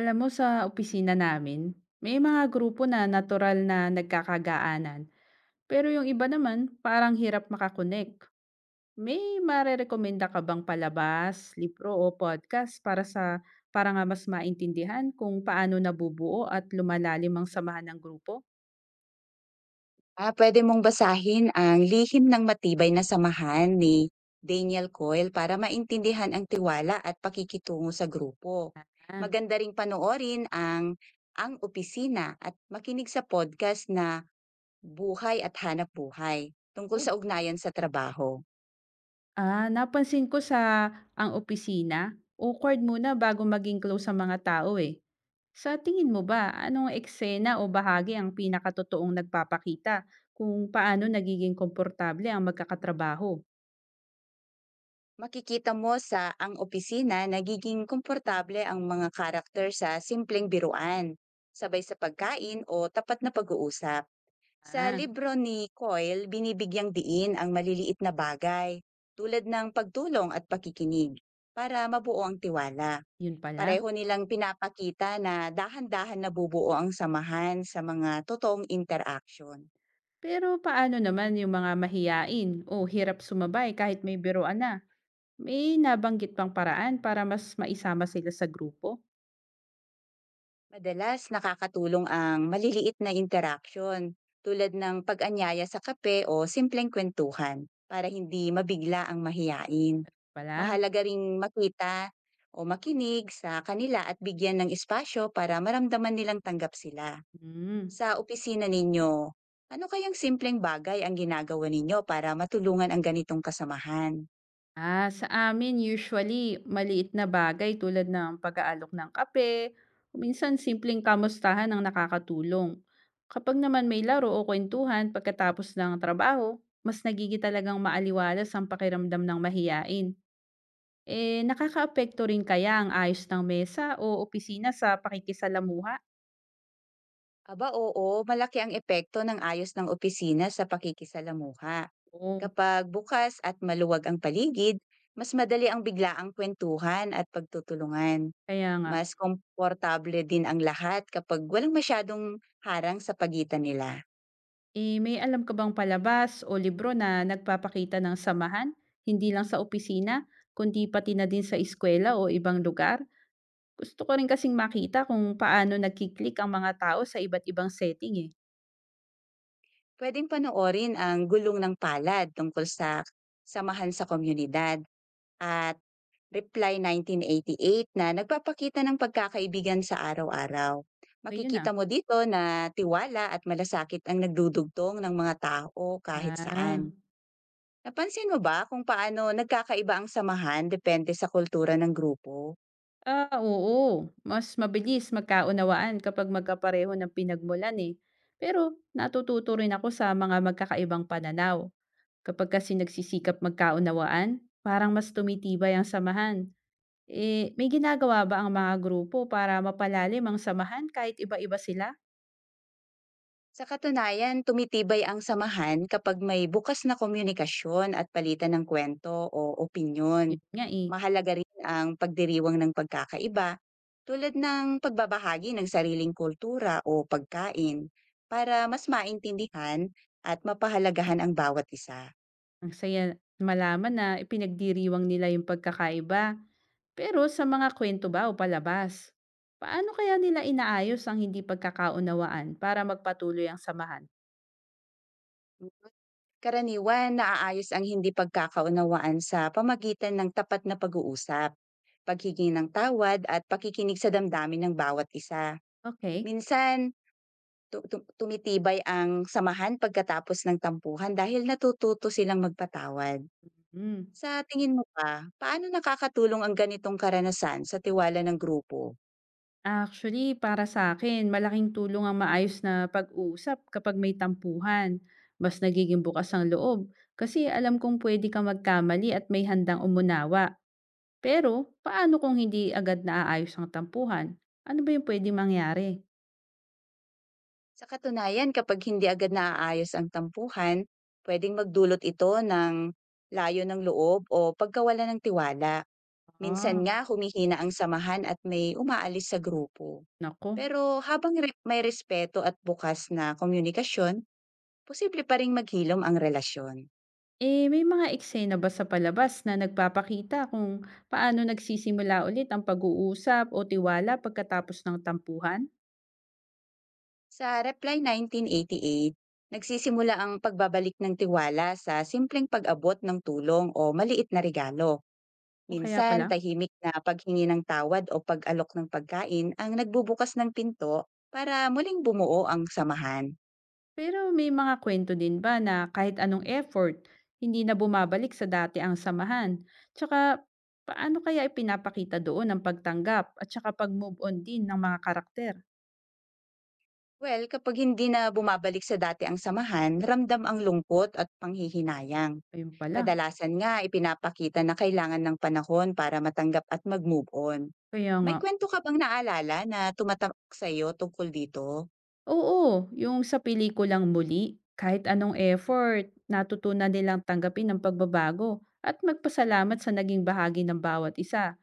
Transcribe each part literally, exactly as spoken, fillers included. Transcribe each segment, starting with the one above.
Alam mo, sa opisina namin, may mga grupo na natural na nagkakagaanan, pero yung iba naman parang hirap makakonek. May marerekomenda ka bang palabas, libro o podcast para sa para nga mas maintindihan kung paano nabubuo at lumalalim ang samahan ng grupo? Ah, pwede mong basahin ang Lihim ng Matibay na Samahan ni Daniel Coyle para maintindihan ang tiwala at pakikitungo sa grupo. Ah, Maganda ring panoorin ang Ang Opisina at makinig sa podcast na Buhay at Hanap Buhay tungkol oh. sa ugnayan sa trabaho. Ah, napansin ko sa ang opisina, awkward muna bago maging close sa mga tao eh. Sa tingin mo ba, anong eksena o bahagi ang pinakatotoong nagpapakita kung paano nagiging komportable ang magkakatrabaho? Makikita mo sa Ang Opisina nagiging komportable ang mga karakter sa simpleng biruan, sabay sa pagkain o tapat na pag-uusap. Sa Ah, libro ni Coyle, binibigyang diin ang maliliit na bagay tulad ng pagtulong at pakikinig para mabuo ang tiwala. yun pala. Pareho nilang pinapakita na dahan-dahan nabubuo ang samahan sa mga totoong interaction. Pero paano naman yung mga mahiyain o hirap sumabay kahit may biroan na? May nabanggit pang paraan para mas maisama sila sa grupo? Madalas nakakatulong ang maliliit na interaksyon tulad ng pag-anyaya sa kape o simpleng kwentuhan para hindi mabigla ang mahiyain. Pala. Mahalaga ring makita o makinig sa kanila at bigyan ng espasyo para maramdaman nilang tanggap sila. Hmm. Sa opisina ninyo, ano kayang simpleng bagay ang ginagawa ninyo para matulungan ang ganitong kasamahan? Ah, sa amin usually maliit na bagay tulad ng pag-aalok ng kape, o minsan simpleng kamustahan ang nakakatulong. Kapag naman may laro o kwentuhan pagkatapos ng trabaho, mas nagigi talagang maaliwalas ang pakiramdam ng mahiyain. Eh, nakakaapekto rin kaya ang ayos ng mesa o opisina sa pakikisalamuha? Aba oo, malaki ang epekto ng ayos ng opisina sa pakikisalamuha. Oo, Kapag bukas at maluwag ang paligid, mas madali ang biglaang kwentuhan at pagtutulungan. kaya nga. Mas komportable din ang lahat kapag walang masyadong harang sa pagitan nila. Eh, may alam ka bang palabas o libro na nagpapakita ng samahan, hindi lang sa opisina, kundi pati na din sa eskwela o ibang lugar? Gusto ko rin kasing makita kung paano nagkiklik ang mga tao sa iba't ibang setting eh. Pwedeng panoorin ang Gulong ng Palad tungkol sa samahan sa komunidad at Reply nineteen eighty-eight na nagpapakita ng pagkakaibigan sa araw-araw. Okay yun ah. Makikita mo dito na tiwala at malasakit ang nagdudugtong ng mga tao kahit Ah, saan. Napansin mo ba kung paano nagkakaiba ang samahan depende sa kultura ng grupo? ah oo. Mas mabilis magkaunawaan kapag magkapareho ng pinagmulan eh. Pero natututo rin ako sa mga magkakaibang pananaw. Kapag kasi nagsisikap magkaunawaan, parang mas tumitibay ang samahan. Eh, may ginagawa ba ang mga grupo para mapalalim ang samahan kahit iba-iba sila? Sa katunayan, tumitibay ang samahan kapag may bukas na komunikasyon at palitan ng kwento o opinyon. Yun nga eh, Mahalaga rin ang pagdiriwang ng pagkakaiba tulad ng pagbabahagi ng sariling kultura o pagkain para mas maintindihan at mapahalagahan ang bawat isa. ang saya malaman na ipinagdiriwang nila yung pagkakaiba. Pero sa mga kwento ba o palabas? Paano kaya nila inaayos ang hindi pagkakaunawaan para magpatuloy ang samahan? Karaniwan, naaayos ang hindi pagkakaunawaan sa pamagitan ng tapat na pag-uusap, paghingi ng tawad at pakikinig sa damdamin ng bawat isa. Okay. Minsan, Tu tu tumitibay ang samahan pagkatapos ng tampuhan dahil natututo silang magpatawad. Mm. Sa tingin mo ba, paano nakakatulong ang ganitong karanasan sa tiwala ng grupo? Actually, para sa akin, malaking tulong ang maayos na pag-uusap kapag may tampuhan. Mas nagiging bukas ang loob kasi alam kong pwede kang magkamali at may handang umunawa. Pero, paano kung hindi agad naaayos ang tampuhan? Ano ba yung pwedeng mangyari? Sa katunayan, kapag hindi agad naaayos ang tampuhan, pwedeng magdulot ito ng layo ng loob o pagkawala ng tiwala. Minsan Ah, nga humihina ang samahan at may umaalis sa grupo. naku. Pero habang re may respeto at bukas na komunikasyon, posible pa ring maghilom ang relasyon. Eh, may mga eksena ba sa palabas na nagpapakita kung paano nagsisimula ulit ang pag-uusap o tiwala pagkatapos ng tampuhan? Sa Reply nineteen eighty-eight, nagsisimula ang pagbabalik ng tiwala sa simpleng pag-abot ng tulong o maliit na regalo. O kaya pala? Minsan, tahimik na paghingi ng tawad o pag-alok ng pagkain ang nagbubukas ng pinto para muling bumuo ang samahan. Pero may mga kwento din ba na kahit anong effort, hindi na bumabalik sa dati ang samahan? Tsaka, paano kaya ipinapakita doon ang pagtanggap at tsaka pag-move on din ng mga karakter? Well, kapag hindi na bumabalik sa dati ang samahan, ramdam ang lungkot at panghihinayang. Ayun pala. Kadalasan nga ipinapakita na kailangan ng panahon para matanggap at mag-move on. Kaya nga. May kwento ka bang naalala na tumatak sa'yo tungkol dito? Oo, yung sa pelikulang Muli, kahit anong effort, natutunan nilang tanggapin ang pagbabago at magpasalamat sa naging bahagi ng bawat isa.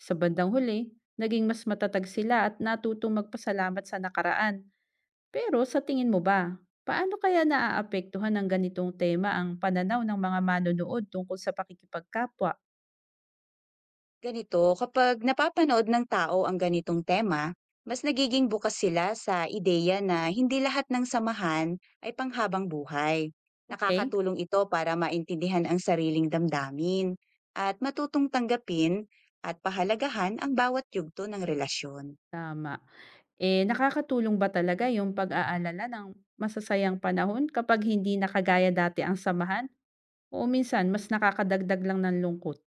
Sa bandang huli, naging mas matatag sila at natutong magpasalamat sa nakaraan. Pero sa tingin mo ba, paano kaya naaapektuhan ng ganitong tema ang pananaw ng mga manonood tungkol sa pakikipagkapwa? Ganito, kapag napapanood ng tao ang ganitong tema, mas nagiging bukas sila sa ideya na hindi lahat ng samahan ay panghabang buhay. Okay, Nakakatulong ito para maintindihan ang sariling damdamin at matutong tanggapin at pahalagahan ang bawat yugto ng relasyon. tama. Eh, nakakatulong ba talaga yung pag-aalala ng masasayang panahon kapag hindi nakagaya kagaya dati ang samahan? O minsan mas nakakadagdag lang ng lungkot.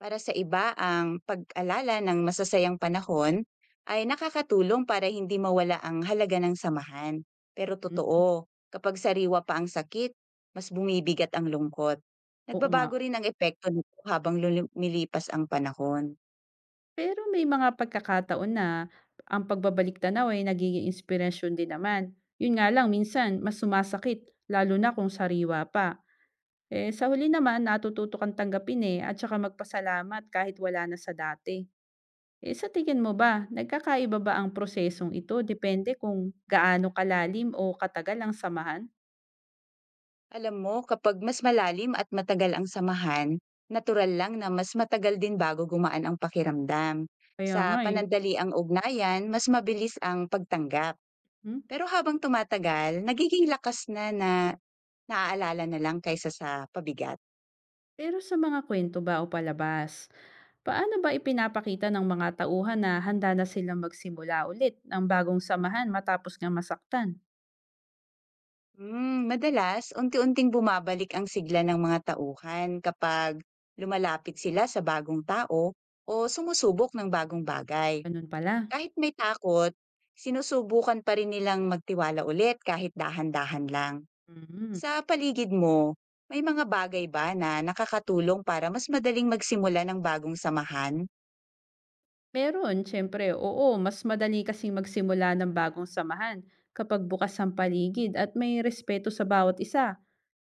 Para sa iba, ang pag-alala ng masasayang panahon ay nakakatulong para hindi mawala ang halaga ng samahan. Pero Hmm, totoo, kapag sariwa pa ang sakit, mas bumibigat ang lungkot. oo nga. Nagbabago rin ang epekto nito habang lumilipas ang panahon. Pero may mga pagkakataon na ang pagbabalik tanaw ay nagiging inspirasyon din naman. Yun nga lang, minsan mas sumasakit, lalo na kung sariwa pa. Eh, sa huli naman, natututo kang tanggapin eh, at saka magpasalamat kahit wala na sa dati. Eh, sa tingin mo ba, nagkakaiba ba ang prosesong ito depende kung gaano kalalim o katagal ang samahan? Alam mo, kapag mas malalim at matagal ang samahan, natural lang na mas matagal din bago gumaan ang pakiramdam. Kaya Sa nga eh. panandali ang ugnayan, mas mabilis ang pagtanggap. Hmm? Pero habang tumatagal, nagiging lakas na na naaalala na lang kaysa sa pabigat. Pero sa mga kwento ba o palabas, paano ba ipinapakita ng mga tauhan na handa na silang magsimula ulit ng bagong samahan matapos nga masaktan? Hmm, madalas unti-unting bumabalik ang sigla ng mga tauhan kapag lumalapit sila sa bagong tao o sumusubok ng bagong bagay. Ganun pala. Kahit may takot, sinusubukan pa rin nilang magtiwala ulit kahit dahan-dahan lang. Mhm. Sa paligid mo, may mga bagay ba na nakakatulong para mas madaling magsimula ng bagong samahan? Meron, syempre, oo, mas madali kasing magsimula ng bagong samahan kapag bukas ang paligid at may respeto sa bawat isa.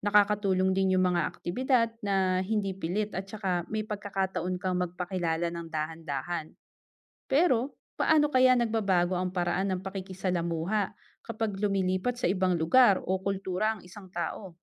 Nakakatulong din yung mga aktibidad na hindi pilit at saka may pagkakataon kang magpakilala ng dahan-dahan. Pero, paano kaya nagbabago ang paraan ng pakikisalamuha kapag lumilipat sa ibang lugar o kultura ang isang tao?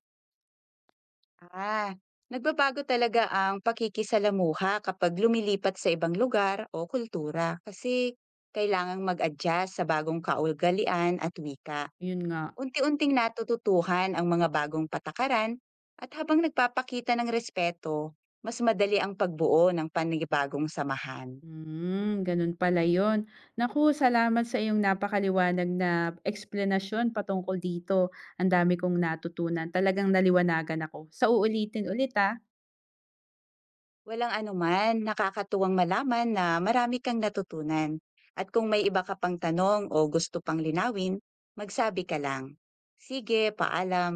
Ah, nagbabago talaga ang pakikisalamuha kapag lumilipat sa ibang lugar o kultura kasi kailangang mag-adjust sa bagong kaugalian at wika. Yun nga. Unti-unting natututuhan ang mga bagong patakaran at habang nagpapakita ng respeto, mas madali ang pagbuo ng panibagong samahan. Hmm, ganun pala yun. Naku, salamat sa iyong napakaliwanag na eksplanasyon patungkol dito. Ang dami kong natutunan. Talagang naliwanagan ako. Sa uulitin ulit ha. Walang anuman, nakakatuwang malaman na marami kang natutunan. At kung may iba ka pang tanong o gusto pang linawin, magsabi ka lang. Sige, paalam.